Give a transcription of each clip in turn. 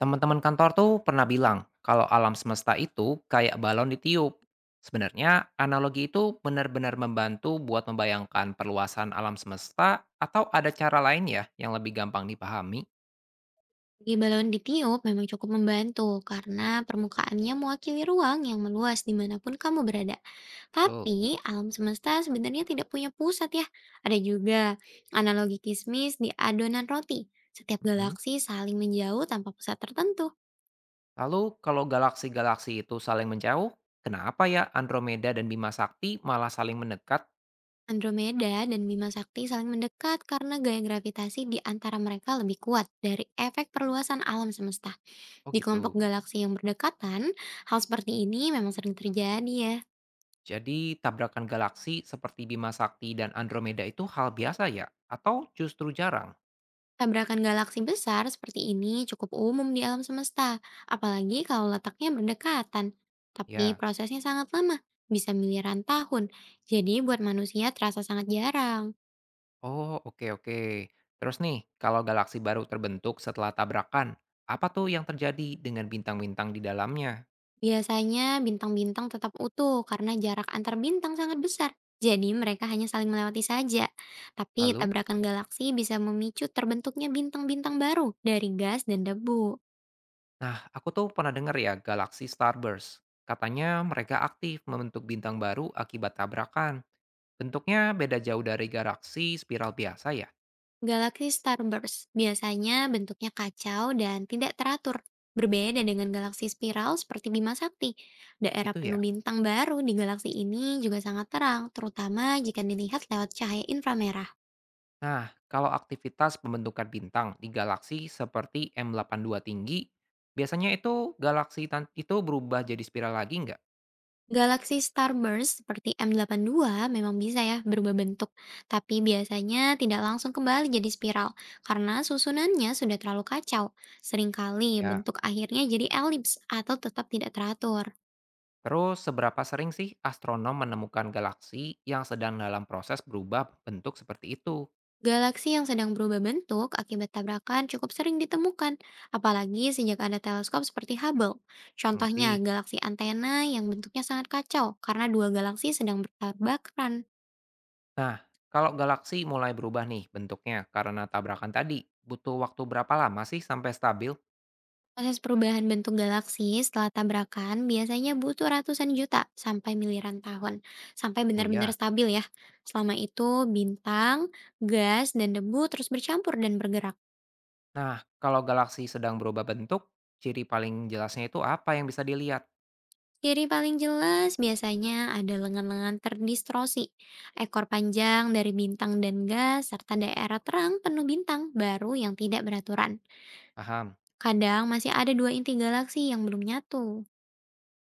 Teman-teman kantor tuh pernah bilang kalau alam semesta itu kayak balon ditiup. Sebenarnya analogi itu benar-benar membantu buat membayangkan perluasan alam semesta atau ada cara lain ya yang lebih gampang dipahami? Bagi balon ditiup memang cukup membantu karena permukaannya mewakili ruang yang meluas dimanapun kamu berada. Betul. Tapi alam semesta sebenarnya tidak punya pusat ya. Ada juga analogi kismis di adonan roti. Setiap Mhm. galaksi saling menjauh tanpa pusat tertentu. Lalu kalau galaksi-galaksi itu saling menjauh, kenapa ya Andromeda dan Bima Sakti malah saling mendekat? Andromeda dan Bima Sakti saling mendekat karena gaya gravitasi di antara mereka lebih kuat dari efek perluasan alam semesta. Oh Di kelompok gitu. galaksi yang berdekatan, hal seperti ini memang sering terjadi ya. Jadi tabrakan galaksi seperti Bima Sakti dan Andromeda itu hal biasa ya? Atau justru jarang? Tabrakan galaksi besar seperti ini cukup umum di alam semesta, apalagi kalau letaknya berdekatan. Tapi Ya. prosesnya sangat lama, bisa miliaran tahun. Jadi buat manusia terasa sangat jarang. Oh, oke oke. Terus nih, kalau galaksi baru terbentuk setelah tabrakan, apa tuh yang terjadi dengan bintang-bintang di dalamnya? Biasanya bintang-bintang tetap utuh karena jarak antar bintang sangat besar. Jadi mereka hanya saling melewati saja. Tapi Lalu, tabrakan galaksi bisa memicu terbentuknya bintang-bintang baru dari gas dan debu. nah aku tuh pernah dengar ya galaksi starburst. Katanya mereka aktif membentuk bintang baru akibat tabrakan. Bentuknya beda jauh dari galaksi spiral biasa ya, Galaksi starburst biasanya bentuknya kacau dan tidak teratur, berbeda dengan galaksi spiral seperti Bima Sakti. Daerah gitu ya. penuh bintang baru di galaksi ini juga sangat terang, terutama jika dilihat lewat cahaya inframerah. Nah, kalau aktivitas pembentukan bintang di galaksi seperti M82 tinggi, biasanya itu itu berubah jadi spiral lagi nggak? Galaksi starburst seperti M82 memang bisa ya berubah bentuk, tapi biasanya tidak langsung kembali jadi spiral karena susunannya sudah terlalu kacau. Seringkali Ya. bentuk akhirnya jadi elips atau tetap tidak teratur. Terus, seberapa sering sih astronom menemukan galaksi yang sedang dalam proses berubah bentuk seperti itu? Galaksi yang sedang berubah bentuk akibat tabrakan cukup sering ditemukan, apalagi sejak ada teleskop seperti Hubble. Contohnya, Mengerti? galaksi antena yang bentuknya sangat kacau karena dua galaksi sedang bertabrakan. Nah, kalau galaksi mulai berubah nih bentuknya karena tabrakan tadi, butuh waktu berapa lama sih sampai stabil? Proses perubahan bentuk galaksi setelah tabrakan biasanya butuh ratusan juta sampai miliaran tahun, sampai Oh benar-benar iya. stabil ya. Selama itu, bintang, gas, dan debu terus bercampur dan bergerak. Nah, kalau galaksi sedang berubah bentuk, ciri paling jelasnya itu apa yang bisa dilihat? Ciri paling jelas biasanya ada lengan-lengan terdistorsi, ekor panjang dari bintang dan gas, serta daerah terang penuh bintang baru yang tidak beraturan. Paham. Kadang masih ada dua inti galaksi yang belum nyatu.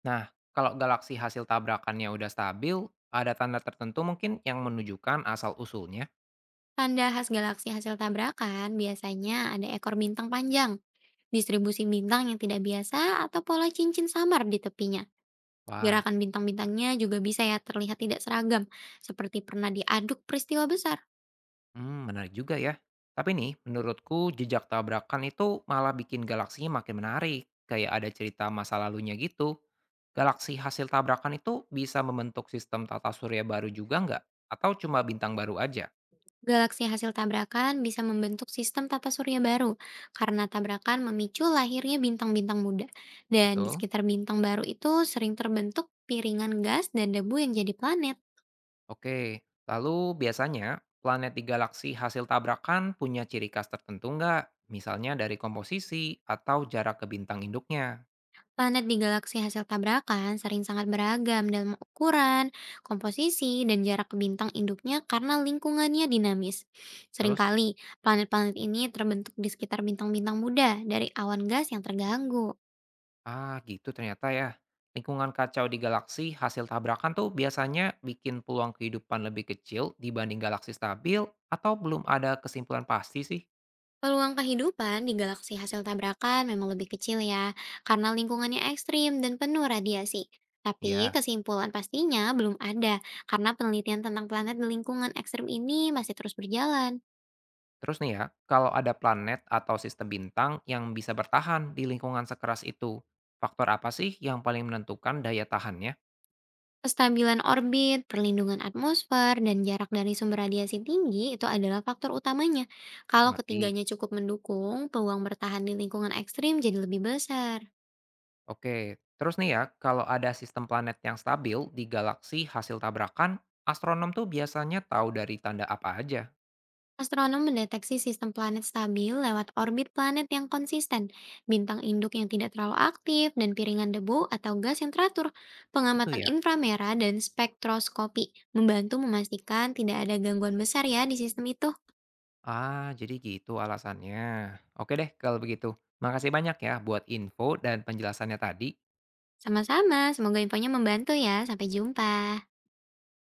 Nah, kalau galaksi hasil tabrakannya udah stabil, ada tanda tertentu mungkin yang menunjukkan asal-usulnya? Tanda khas galaksi hasil tabrakan biasanya ada ekor bintang panjang, distribusi bintang yang tidak biasa, atau pola cincin samar di tepinya. Wah. Gerakan bintang-bintangnya juga bisa ya terlihat tidak seragam, seperti pernah diaduk peristiwa besar. Hmm, menarik juga ya. Tapi nih, menurutku jejak tabrakan itu malah bikin galaksinya makin menarik. Kayak ada cerita masa lalunya gitu. Galaksi hasil tabrakan itu bisa membentuk sistem tata surya baru juga nggak? Atau cuma bintang baru aja? Galaksi hasil tabrakan bisa membentuk sistem tata surya baru karena tabrakan memicu lahirnya bintang-bintang muda. Dan di Betul? sekitar bintang baru itu sering terbentuk piringan gas dan debu yang jadi planet. Oke, lalu biasanya planet di galaksi hasil tabrakan punya ciri khas tertentu nggak? Misalnya dari komposisi atau jarak ke bintang induknya. Planet di galaksi hasil tabrakan sering sangat beragam dalam ukuran, komposisi, dan jarak ke bintang induknya karena lingkungannya dinamis. Terus? Seringkali, planet-planet ini terbentuk di sekitar bintang-bintang muda dari awan gas yang terganggu. Ah, gitu ternyata ya. Lingkungan kacau di galaksi hasil tabrakan tuh biasanya bikin peluang kehidupan lebih kecil dibanding galaksi stabil atau belum ada kesimpulan pasti sih? Peluang kehidupan di galaksi hasil tabrakan memang lebih kecil ya, karena lingkungannya ekstrim dan penuh radiasi. Tapi Ya, kesimpulan pastinya belum ada, karena penelitian tentang planet di lingkungan ekstrim ini masih terus berjalan. terus nih ya, kalau ada planet atau sistem bintang yang bisa bertahan di lingkungan sekeras itu, faktor apa sih yang paling menentukan daya tahannya? Kestabilan orbit, perlindungan atmosfer, dan jarak dari sumber radiasi tinggi itu adalah faktor utamanya. Kalau Mengerti. ketiganya cukup mendukung, peluang bertahan di lingkungan ekstrim jadi lebih besar. Oke, terus nih ya, kalau ada sistem planet yang stabil di galaksi hasil tabrakan, astronom tuh biasanya tahu dari tanda apa aja. Astronom mendeteksi sistem planet stabil lewat orbit planet yang konsisten, bintang induk yang tidak terlalu aktif, dan piringan debu atau gas yang teratur. Itu Pengamatan ya. inframerah dan spektroskopi membantu memastikan tidak ada gangguan besar ya di sistem itu. Ah, jadi gitu alasannya. Oke deh kalau begitu. Makasih banyak ya buat info dan penjelasannya tadi. Sama-sama, semoga infonya membantu ya. Sampai jumpa.